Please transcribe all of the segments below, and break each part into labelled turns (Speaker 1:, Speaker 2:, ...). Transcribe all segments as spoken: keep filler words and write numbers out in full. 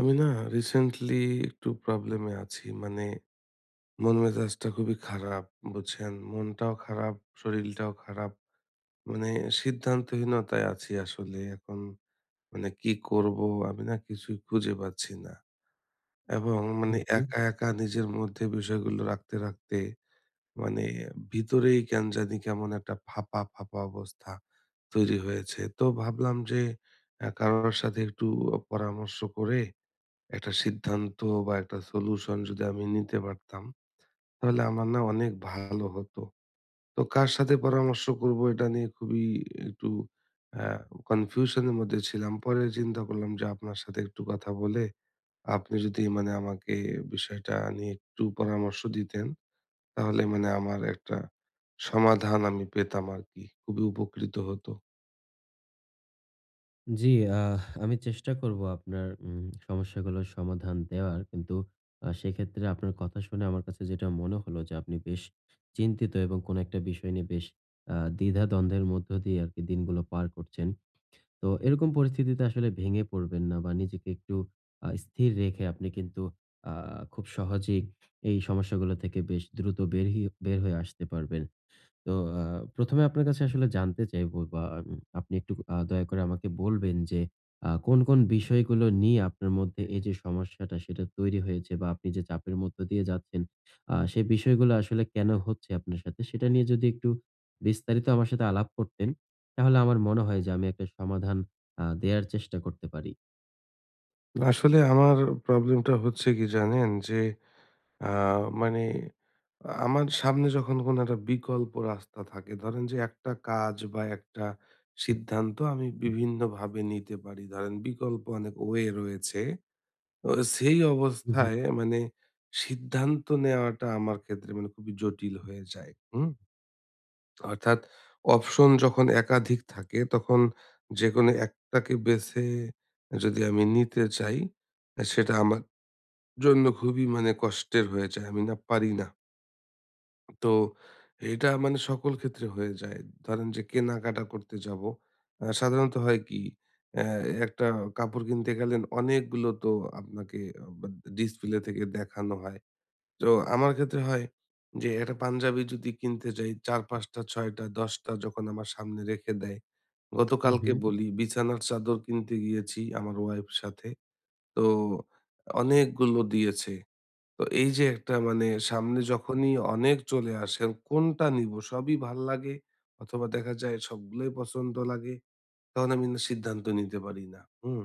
Speaker 1: আমি না রিসেন্টলি একটু প্রবলেমে আছি। মানে মন মেজাজটা খুবই খারাপ, বুঝছেন? মনটাও খারাপ, শরীরটাও খারাপ। মানে সিদ্ধান্তহীনতায় আছি আসলে। এখন মানে কি করব আমি না কিছুই খুঁজে পাচ্ছি না। এবং মানে
Speaker 2: হুম, হুম।
Speaker 1: একা, একা নিজের মধ্যে বিষয়গুলো রাখতে, রাখতে মানে ভিতরেই কেন জানি কেমন একটা ফাঁপা, ফাঁপা অবস্থা তৈরি হয়েছে। তো ভাবলাম যে অ্যা কারোর সাথে একটু পরামর্শ করে একটা সিদ্ধান্ত বা একটা সলিউশন যদি আমি নিতে পারতাম, তাহলে আমার না অনেক ভালো হতো। তো কার সাথে পরামর্শ করব এটা নিয়ে খুবই একটু আ কনফিউশন এর মধ্যে ছিলাম। পরে চিন্তা করলাম যে আপনার সাথে একটু কথা বলে আপনি যদি মানে আমাকে বিষয়টা নিয়ে একটু পরামর্শ দিতেন, তাহলে মানে আমার একটা সমাধান আমি পেতাম আরকি। খুবই উপকৃত হতো।
Speaker 2: জি, আহ আমি চেষ্টা করব আপনার উম সমস্যাগুলোর সমাধান দেওয়ার। কিন্তু আ সেক্ষেত্রে আপনার কথা শুনে আমার কাছে যেটা মনে হলো যে আপনি বেশ চিন্তিত এবং কোনো একটা বিষয় নিয়ে বেশ আ দ্বিধা-দ্বন্দ্বের মধ্য দিয়ে আরকি দিনগুলো পার করছেন। তো এরকম পরিস্থিতিতে আসলে ভেঙে পড়বেন না বা নিজেকে একটু আ স্থির রেখে আপনি কিন্তু আ খুব সহজেই এই সমস্যাগুলো থেকে বেশ দ্রুত বের হি বের হয়ে আসতে পারবেন। তো আ প্রথম এ আপনার কাছে আসলে জানতে চাইবো, বা উম আপনি একটু আ দয়া করে আমাকে বলবেন যে আ কোন, কোন বিষয়গুলো নিয়ে আপনার মধ্যে এই যে সমস্যাটা সেটা তৈরি হয়েছে বা আপনি যে চাপের মধ্য দিয়ে যাচ্ছেন, আ সেই বিষয়গুলো আসলে কেন হচ্ছে আপনার সাথে? সেটা নিয়ে যদি একটু বিস্তারিত আমার সাথে আলাপ করতেন, তাহলে আমার মনে হয় যে আমি একটা সমাধান আ দেয়ার চেষ্টা করতে পারি।
Speaker 1: আসলে আমার প্রবলেমটা হচ্ছে কি জানেন? যে আ মানে আমার সামনে যখন কোনো একটা বিকল্প রাস্তা থাকে, ধরেন যে একটা কাজ বা একটা সিদ্ধান্ত আমি বিভিন্নভাবে নিতে পারি। ধরেন বিকল্প অনেক ওয়ে রয়েছে। তো সেই
Speaker 2: হুম, হুম,
Speaker 1: অবস্থায় মানে সিদ্ধান্ত নেওয়াটা আমার ক্ষেত্রে মানে খুবই জটিল হয়ে যায়। হুম? অর্থাৎ অপশন যখন একাধিক থাকে তখন যেকোনো একটাকে বেছে যদি আমি নিতে চাই, সেটা আমার জন্য খুবই মানে কষ্টের হয়ে যায়। আমি না পারি না। তো এটা মানে সকল ক্ষেত্রে হয়ে যায়। ধরেন যে কেনাকাটা করতে যাবো। আ সাধারণত হয় কি অ্যা একটা কাপড় কিনতে গেলেন অনেকগুলো তো আপনাকে আ বা ডিসপ্লে থেকে দেখানো হয়। তো আমার ক্ষেত্রে হয় যে একটা পাঞ্জাবি যদি কিনতে যাই চার পাঁচ টা ছয় টা দশ টা যখন আমার সামনে রেখে দেয়।
Speaker 2: হুম,
Speaker 1: গতকালকে বলি বিছানার চাদর কিনতে গিয়েছি আমার ওয়াইফ সাথে। তো অনেকগুলো দিয়েছে। তো এই যে একটা মানে সামনে যখনই অনেক চলে আসে আর কোনটা নিব সবই ভাল লাগে অথবা দেখা যায় সবগুলোই পছন্দ লাগে, তখন আমি না সিদ্ধান্ত নিতে পারি না। হুম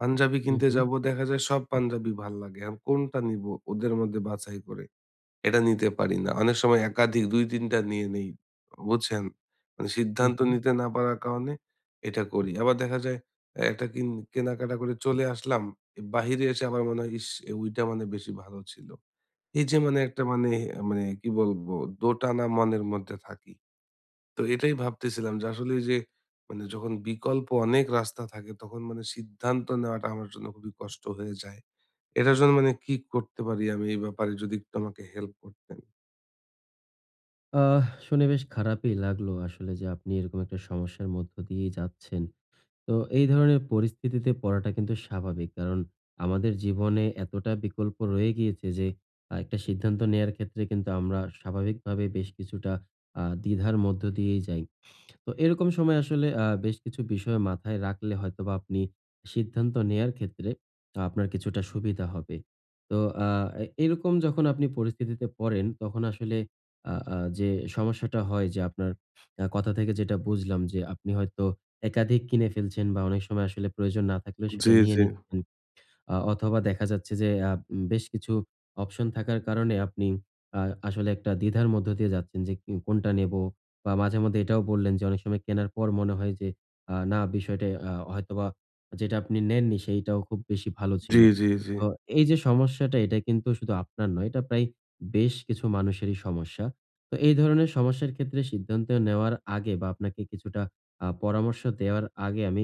Speaker 1: পাঞ্জাবি
Speaker 2: হুম,
Speaker 1: কিনতে
Speaker 2: হুম,
Speaker 1: যাব দেখা যায় সব পাঞ্জাবি ভাল লাগে আর কোনটা নিব। ওদের মধ্যে বাছাই করে এটা নিতে পারি না, অনেক সময় একাধিক দুই তিনটা নিয়ে নেই, বুঝছেন? মানে
Speaker 2: হুম,
Speaker 1: সিদ্ধান্ত
Speaker 2: হুম।
Speaker 1: নিতে না পারার কারণে এটা করি। আবার দেখা যায় আহ, একটা কিন- কেনাকাটা করে চলে আসলাম, বাহিরে এসে আবার মনে হয় ইস এ ওইটা মানে বেশি ভালো ছিল। এই যে মানে একটা মানে মানে কি বলবো? দোটানা মনের মধ্যে থাকি। তো এটাই ভাবতেছিলাম যে আসলে এই যে মানে যখন বিকল্প অনেক রাস্তা থাকে তখন মানে সিদ্ধান্ত নেওয়াটা আমার জন্য খুবই কষ্ট হয়ে যায়। এটার জন্য মানে কি করতে পারি আমি, এই ব্যাপারে যদি একটু আমাকে হেল্প করতেন?
Speaker 2: আহ শুনে বেশ খারাপই লাগলো আসলে, যে আপনি এরকম একটা সমস্যার মধ্য দিয়েই যাচ্ছেন। তো এই ধরনের পরিস্থিতিতে পড়াটা কিন্তু স্বাভাবিক। কারণ আমাদের জীবনে এতটা বিকল্প রয়ে গিয়েছে যে আ একটা সিদ্ধান্ত নেয়ার ক্ষেত্রে কিন্তু আমরা স্বাভাবিকভাবে বেশ কিছুটা আ দ্বিধার মধ্য দিয়েই যাই। তো এরকম সময় আসলে আ বেশ কিছু বিষয় মাথায় রাখলে হয়তোবা আপনি সিদ্ধান্ত নেয়ার ক্ষেত্রে আহ, আপনার কিছুটা সুবিধা হবে। তো আ এ এরকম যখন আপনি পরিস্থিতিতে পড়েন তখন আসলে আ আ যে সমস্যাটা হয়, যে আপনার আ কথা থেকে যেটা বুঝলাম, যে আপনি হয়তো একাধিক কিনে ফেলছেন বা অনেক সময় আসলে প্রয়োজন না থাকলেও
Speaker 1: জি,
Speaker 2: সেটা নিয়ে
Speaker 1: জি।
Speaker 2: নিচ্ছেন। আ অথবা দেখা যাচ্ছে যে আ উম বেশ কিছু অপশন থাকার কারণে আপনি আ আসলে একটা দ্বিধার মধ্য দিয়ে যাচ্ছেন যে কি কোনটা নেবো? বা মাঝে মধ্যে এটাও বললেন যে অনেক সময় কেনার পর মনে হয় যে আ না বিষয়টা আ হয়তোবা যেটা আপনি নেননি সেইটাও খুব বেশি ভালো ছিল।
Speaker 1: জি, জি, জি।
Speaker 2: তো এই যে সমস্যাটা, এটা কিন্তু শুধু আপনার নয়, এটা প্রায় বেশ কিছু মানুষেরই সমস্যা। তো এই ধরনের সমস্যার ক্ষেত্রে সিদ্ধান্ত নেওয়ার আগে বা আপনাকে কিছুটা আ পরামর্শ দেওয়ার আগে আমি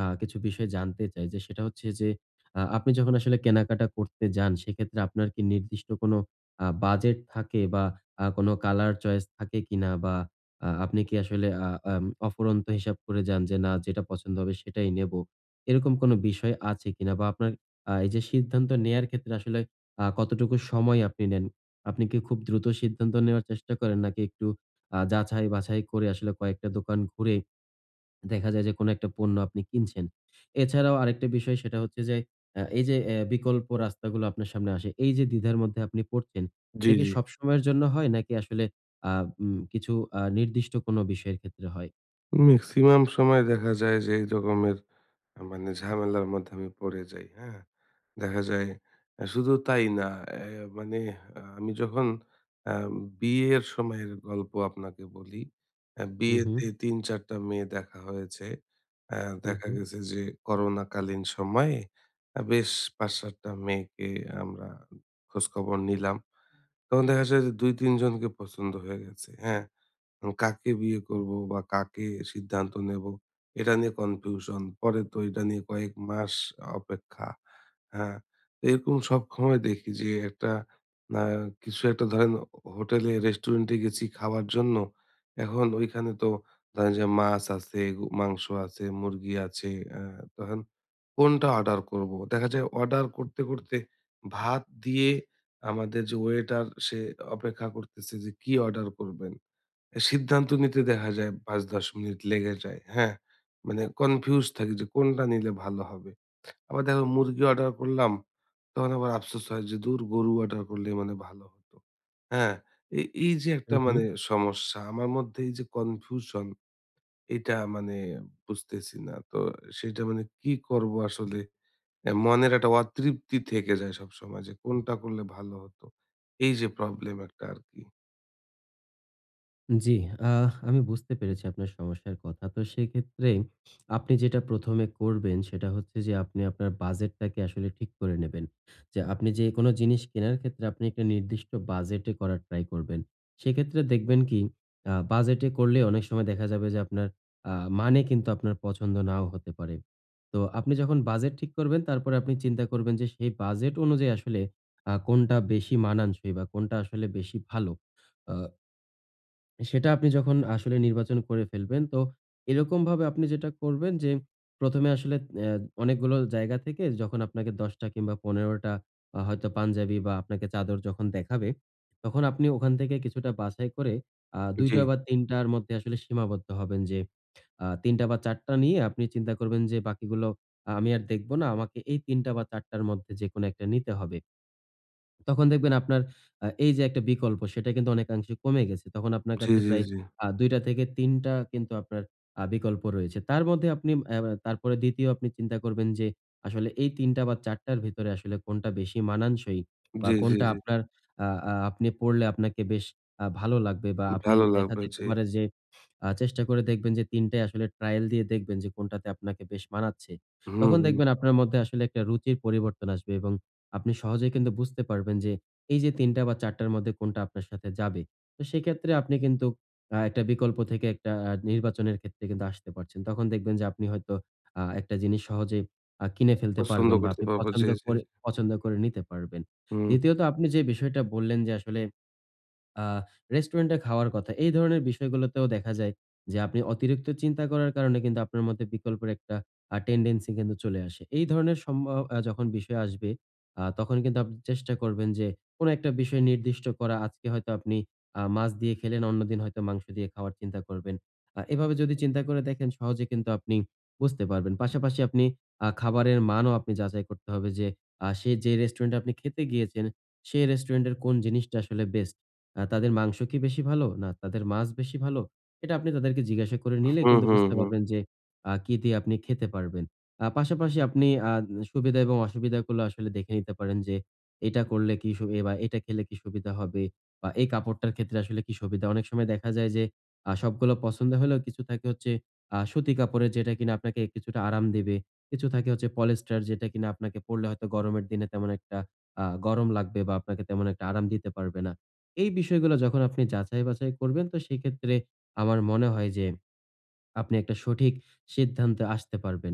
Speaker 2: আ কিছু বিষয় জানতে চাই। যে সেটা হচ্ছে যে আ আপনি যখন আসলে কেনাকাটা করতে যান, সেক্ষেত্রে আপনার কি নির্দিষ্ট কোনো আ বাজেট থাকে, বা আ কোনো কালার চয়েস থাকে কিনা? বা আ আপনি কি আসলে আ আম অফুরন্ত হিসাব করে যান যে, "না, যেটা পছন্দ হবে সেটাই নেব।" এরকম কোনো বিষয় আছে কিনা? বা আপনার আ এই যে সিদ্ধান্ত নেয়ার ক্ষেত্রে আসলে আ কতটুকু সময় আপনি নেন? আপনি কি খুব দ্রুত সিদ্ধান্ত নেওয়ার চেষ্টা করেন? নাকি একটু আ যাচাই-বাছাই করে, আসলে কয়েকটা দোকান ঘুরে দেখা যায় যে কোনো একটা পণ্য আপনি কিনছেন। এছাড়াও আরেকটা বিষয়, সেটা হচ্ছে যে আ এই যে অ্যা বিকল্প রাস্তাগুলো আপনার সামনে আসে, এই যে দ্বিধার মধ্যে আপনি পড়ছেন,
Speaker 1: জি,
Speaker 2: এটা কি
Speaker 1: জি।
Speaker 2: সবসময়ের জন্য হয়, নাকি আসলে আ উম কিছু আ নির্দিষ্ট কোনো বিষয়ের ক্ষেত্রে হয়?
Speaker 1: মেক্সিমাম সময় দেখা যায় যে এই রকমের আ মানে ঝামেলার মধ্যে আমি পড়ে যাই, হ্যাঁ? দেখা যায় আ শুধু তাই না, অ্যা মানে আ আমি যখন আ বিয়ের সময়ের গল্প আপনাকে বলি। আ
Speaker 2: হু, হু।
Speaker 1: বিয়েতে তিন চার টা মেয়ে দেখা হয়েছে। আ
Speaker 2: হু,
Speaker 1: দেখা
Speaker 2: হু।
Speaker 1: গেছে যে করোনাকালীন সময়ে আ বেশ পাঁচ সাত টা মেয়েকে আমরা খোঁজখবর নিলাম। তখন দেখা যায় যে দুই তিন জনকে পছন্দ হয়ে গেছে, হ্যাঁ? কাকে বিয়ে করব বা কাকে সিদ্ধান্ত নেব এটা নিয়ে কনফিউশন। পরে তো এটা নিয়ে কয়েক মাস অপেক্ষা। হ্যাঁ? তো এরকম সবসময় দেখি যে একটা আ কিছু একটা ধরেন হোটেলে রেস্টুরেন্টে গেছি খাওয়ার জন্য। এখন ওইখানে তো ধরেন যে মাছ আছে, গু মাংস আছে, মুরগি আছে। আ তখন কোনটা অর্ডার করব? দেখা যায় অর্ডার করতে, করতে ভাত দিয়ে আমাদের যে ওয়েটার সে অপেক্ষা করতেছে যে কি অর্ডার করবেন? সিদ্ধান্ত নিতে দেখা যায় পাঁচ দশ মিনিট লেগে যায়, হ্যাঁ? মানে কনফিউজ থাকি যে কোনটা নিলে ভালো হবে। আবার দেখো মুরগি অর্ডার করলাম, তখন আবার আফসোস হয় যে দূর গরু অর্ডার করলে মানে ভালো হতো, হ্যাঁ? এই এই যে
Speaker 2: হু,
Speaker 1: একটা
Speaker 2: হু।
Speaker 1: মানে সমস্যা আমার মধ্যে, এই যে কনফিউশন এটা মানে বুঝতেছি না। তো সেটা মানে কি করবো আসলে? অ্যা মনের একটা অতৃপ্তি থেকে যায় সবসময় যে কোনটা করলে ভালো হতো। এই যে প্রবলেম একটা আরকি।
Speaker 2: জি, আহ আমি বুঝতে পেরেছি আপনার সমস্যার কথা। তো সেক্ষেত্রে আপনি যেটা প্রথম এ করবেন, সেটা হচ্ছে যে আপনি আপনার বাজেটটাকে আসলে ঠিক করে নেবেন। যে আপনি যেকোনো জিনিস কেনার ক্ষেত্রে আপনি একটা নির্দিষ্ট বাজেটে করার ট্রাই করবেন। সেক্ষেত্রে দেখবেন কি আ বাজেটে করলে অনেক সময় দেখা যাবে যে আপনার আ মানে কিন্তু আপনার পছন্দ নাও হতে পারে। তো আপনি যখন বাজেট ঠিক করবেন, তারপরে আপনি চিন্তা করবেন যে সেই বাজেট অনুযায়ী আসলে আ কোনটা বেশি মানানসই, বা কোনটা আসলে বেশি ভালো। আ সেটা আপনি যখন আসলে নির্বাচন করে ফেলবেন, তো এরকমভাবে আপনি যেটা করবেন যে প্রথম এ আসলে অ্যা অনেকগুলো জায়গা থেকে যখন আপনাকে দশ টা কিংবা পনেরো টা আ হয়তো পাঞ্জাবি বা আপনাকে চাদর যখন দেখাবে, তখন আপনি ওখান থেকে কিছুটা বাছাই করে আ দুই
Speaker 1: জি,
Speaker 2: টা বা তিন টার মধ্যে আসলে সীমাবদ্ধ হবেন। যে আ তিন টা বা চার টা নিয়ে আপনি চিন্তা করবেন, যে বাকিগুলো আহ, আমি আর দেখব না। আমাকে এই তিন টা বা চার টার মধ্যে যেকোনো একটা নিতে হবে। তখন দেখবেন আপনার আ এই যে একটা বিকল্প, সেটা কিন্তু অনেকাংশে কমে গেছে। তখন আপনার
Speaker 1: জি,
Speaker 2: কাছে
Speaker 1: জি,
Speaker 2: প্রায়
Speaker 1: জি।
Speaker 2: আ দুই টা থেকে তিন টা কিন্তু আপনার আ বিকল্প রয়েছে। তার মধ্যে আপনি অ্যা তারপরে দ্বিতীয় আপনি চিন্তা করবেন যে আসলে এই তিন টা বা চার টার ভিতরে আসলে কোনটা বেশি মানানসই, বা
Speaker 1: জি, জি,
Speaker 2: কোনটা
Speaker 1: জি।
Speaker 2: আপনার আ আ আপনি পড়লে আপনাকে বেশ আ ভালো লাগবে, বা আপনি
Speaker 1: ভালো
Speaker 2: দেখা
Speaker 1: লাগবে।
Speaker 2: যেতে
Speaker 1: জি।
Speaker 2: পারে যে আ চেষ্টা করে দেখবেন যে তিন টাই আসলে ট্রায়াল দিয়ে দেখবেন যে কোনটাতে আপনাকে বেশ মানাচ্ছে।
Speaker 1: হুম,
Speaker 2: তখন
Speaker 1: হুম।
Speaker 2: দেখবেন আপনার মধ্যে আসলে একটা রুচির পরিবর্তন আসবে, এবং আপনি সহজেই কিন্তু বুঝতে পারবেন যে এই যে তিন টা বা চার টার মধ্যে কোনটা আপনার সাথে যাবে। তো সেক্ষেত্রে আপনি কিন্তু আ একটা বিকল্প থেকে একটা আ নির্বাচনের ক্ষেত্রে কিন্তু আসতে পারছেন। তখন দেখবেন যে আপনি হয়তো আ একটা জিনিস সহজে আ কিনে ফেলতে
Speaker 1: পছন্দ
Speaker 2: পারবেন, বা
Speaker 1: করতে
Speaker 2: আপনি
Speaker 1: পারবো। জি,
Speaker 2: পছন্দ
Speaker 1: জি।
Speaker 2: করে পছন্দ করে নিতে পারবেন।
Speaker 1: হুম,
Speaker 2: দ্বিতীয়ত, আপনি যে বিষয়টা বললেন যে আসলে আ রেস্টুরেন্টে খাওয়ার কথা। এই ধরনের বিষয়গুলোতেও দেখা যায় যে আপনি অতিরিক্ত চিন্তা করার কারণে কিন্তু আপনার মধ্যে বিকল্পের একটা আ টেনডেন্সি কিন্তু চলে আসে। এই ধরনের সম্ভব আ যখন বিষয় আসবে, আ তখন কিন্তু আপনি চেষ্টা করবেন যে কোন একটা বিষয় নির্দিষ্ট করা। আজকে হয়তো আপনি আ মাছ দিয়ে খেলেন, অন্যদিন হয়তো মাংস দিয়ে খাওয়ার চিন্তা করবেন। আ এভাবে যদি চিন্তা করে দেখেন, সহজে কিন্তু আপনি বুঝতে পারবেন। পাশাপাশি আপনি আ খাবারের মানও আপনি যাচাই করতে হবে, যে আ সে যে রেস্টুরেন্টে আপনি খেতে গিয়েছেন, সে রেস্টুরেন্টের কোন জিনিসটা আসলে বেস্ট। আ তাদের মাংস কি বেশি ভালো? না তাদের মাছ বেশি ভালো? এটা আপনি তাদেরকে জিজ্ঞাসা করে নিলে
Speaker 1: হুম,
Speaker 2: কিন্তু
Speaker 1: হুম,
Speaker 2: বুঝতে
Speaker 1: হুম।
Speaker 2: পারবেন যে আ কি দিয়ে আপনি খেতে পারবেন। আ পাশাপাশি আপনি আ সুবিধা এবং অসুবিধাগুলো আসলে দেখে নিতে পারেন, যে এটা করলে কি সু এ বা এটা খেলে কি সুবিধা হবে, বা এই কাপড়টার ক্ষেত্রে আসলে কি সুবিধা? অনেক সময় দেখা যায় যে আ সবগুলো পছন্দ হলেও কিছু থাকে হচ্ছে আ সুতি কাপড়ের, যেটা কিনা আপনাকে কিছুটা আরাম দেবে। কিছু থাকে হচ্ছে পলিস্টার, যেটা কিনা আপনাকে পড়লে হয়তো গরমের দিনে তেমন একটা আ গরম লাগবে বা আপনাকে তেমন একটা আরাম দিতে পারবে না। এই বিষয়গুলো যখন আপনি যাচাই বাছাই করবেন, তো সেক্ষেত্রে আমার মনে হয় যে আপনি একটা সঠিক সিদ্ধান্তে আসতে পারবেন।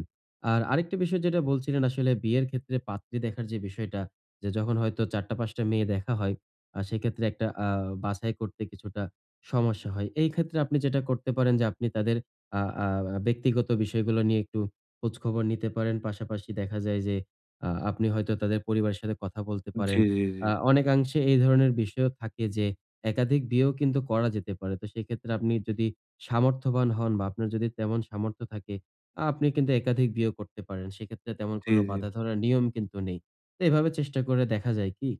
Speaker 2: আর আরেকটা বিষয় যেটা বলছিলেন, আসলে বিয়ের ক্ষেত্রে পাত্রী দেখার যে বিষয়টা, যে যখন হয়তো চারটা পাঁচ টা মেয়ে দেখা হয়, আ সেক্ষেত্রে একটা আ বাছাই করতে কিছুটা সমস্যা হয়। এই ক্ষেত্রে আপনি যেটা করতে পারেন, যে আপনি তাদের আ আ ব্যক্তিগত বিষয়গুলো নিয়ে একটু খোঁজখবর নিতে পারেন। পাশাপাশি দেখা যায় যে আ আপনি হয়তো তাদের পরিবারের সাথে কথা বলতে
Speaker 1: জি,
Speaker 2: পারেন।
Speaker 1: জি, জি।
Speaker 2: আ অনেকাংশে এই ধরনের বিষয়ও থাকে যে একাধিক বিয়েও কিন্তু করা যেতে পারে। তো সেক্ষেত্রে আপনি যদি সামর্থ্যবান হন, বা আপনার যদি তেমন সামর্থ্য থাকে, আ আপনি কিন্তু একাধিক বিয়ে করতে পারেন। সেক্ষেত্রে তেমন
Speaker 1: জি,
Speaker 2: কোনো
Speaker 1: জি।
Speaker 2: বাঁধা ধরার নিয়ম কিন্তু নেই। তো এভাবে চেষ্টা করে দেখা যায় কি?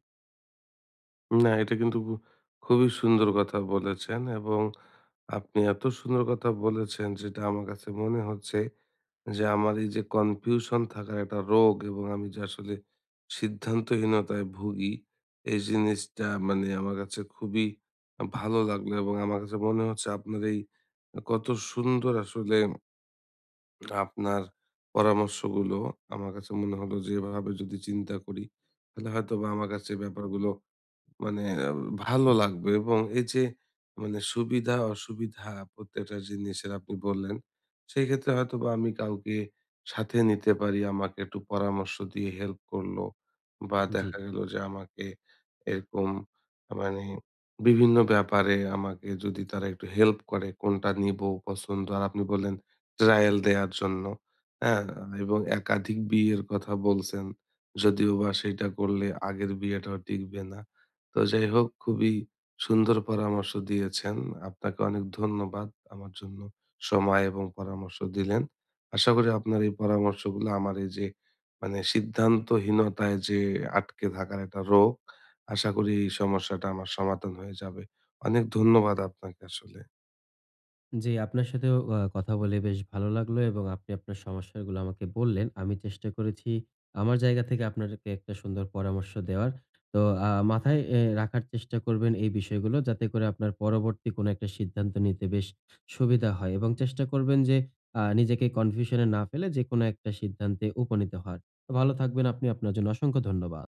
Speaker 1: না এটা কিন্তু খু খুবই সুন্দর কথা বলেছেন, এবং আপনি এত সুন্দর কথা বলেছেন যেটা আমার কাছে মনে হচ্ছে যে আমার এই যে কনফিউশন থাকার একটা রোগ এবং আমি যে আসলে সিদ্ধান্তহীনতায় ভুগি এই জিনিসটা মানে আমার কাছে খুবই আ ভালো লাগলো। এবং আমার কাছে মনে হচ্ছে আপনার এই কত সুন্দর আসলে আপনার পরামর্শগুলো আমার কাছে মনে হলো যে এভাবে যদি চিন্তা করি তাহলে হয়তোবা আমার কাছে ব্যাপারগুলো মানে আ ভালো লাগবে। এবং এই যে মানে সুবিধা অসুবিধা প্রত্যেকটা জিনিসের আপনি বললেন, সেক্ষেত্রে হয়তোবা আমি কাউকে সাথে নিতে পারি। আমাকে একটু পরামর্শ দিয়ে হেল্প করলো বা
Speaker 2: জি।
Speaker 1: দেখা গেল যে আমাকে এরকম মানে বিভিন্ন ব্যাপারে আমাকে যদি তারা একটু হেল্প করে কোনটা নিবো পছন্দ, আর আপনি বললেন ট্রায়াল দেয়ার জন্য, হ্যাঁ? এবং একাধিক বিয়ের কথা বলছেন। যদিও বা সেইটা করলে আগের বিয়েটাও টিকবে না। তো যাই হোক খুবই সুন্দর পরামর্শ দিয়েছেন। আপনাকে অনেক ধন্যবাদ, আমার জন্য সময় এবং পরামর্শ দিলেন। আশা করি আপনার এই পরামর্শগুলো আমার এই যে মানে সিদ্ধান্তহীনতায় যে আটকে থাকার একটা রোগ, আশা করি এই সমস্যাটা আমার সমাধান হয়ে যাবে। অনেক ধন্যবাদ আপনাকে আসলে।
Speaker 2: জি, আপনার সাথেও আ কথা বলে বেশ ভালো লাগলো, এবং আপনি আপনার সমস্যাগুলো আমাকে বললেন। আমি চেষ্টা করেছি আমার জায়গা থেকে আপনাদেরকে একটা সুন্দর পরামর্শ দেওয়ার। তো আ মাথায় এ রাখার চেষ্টা করবেন এই বিষয়গুলো, যাতে করে আপনার পরবর্তী কোনো একটা সিদ্ধান্ত নিতে বেশ সুবিধা হয়, এবং চেষ্টা করবেন যে আ নিজেকে কনফিউশন এ না ফেলে যেকোনো একটা সিদ্ধান্তে উপনীত হওয়ার। তো ভালো থাকবেন আপনি। আপনার জন্য অসংখ্য ধন্যবাদ।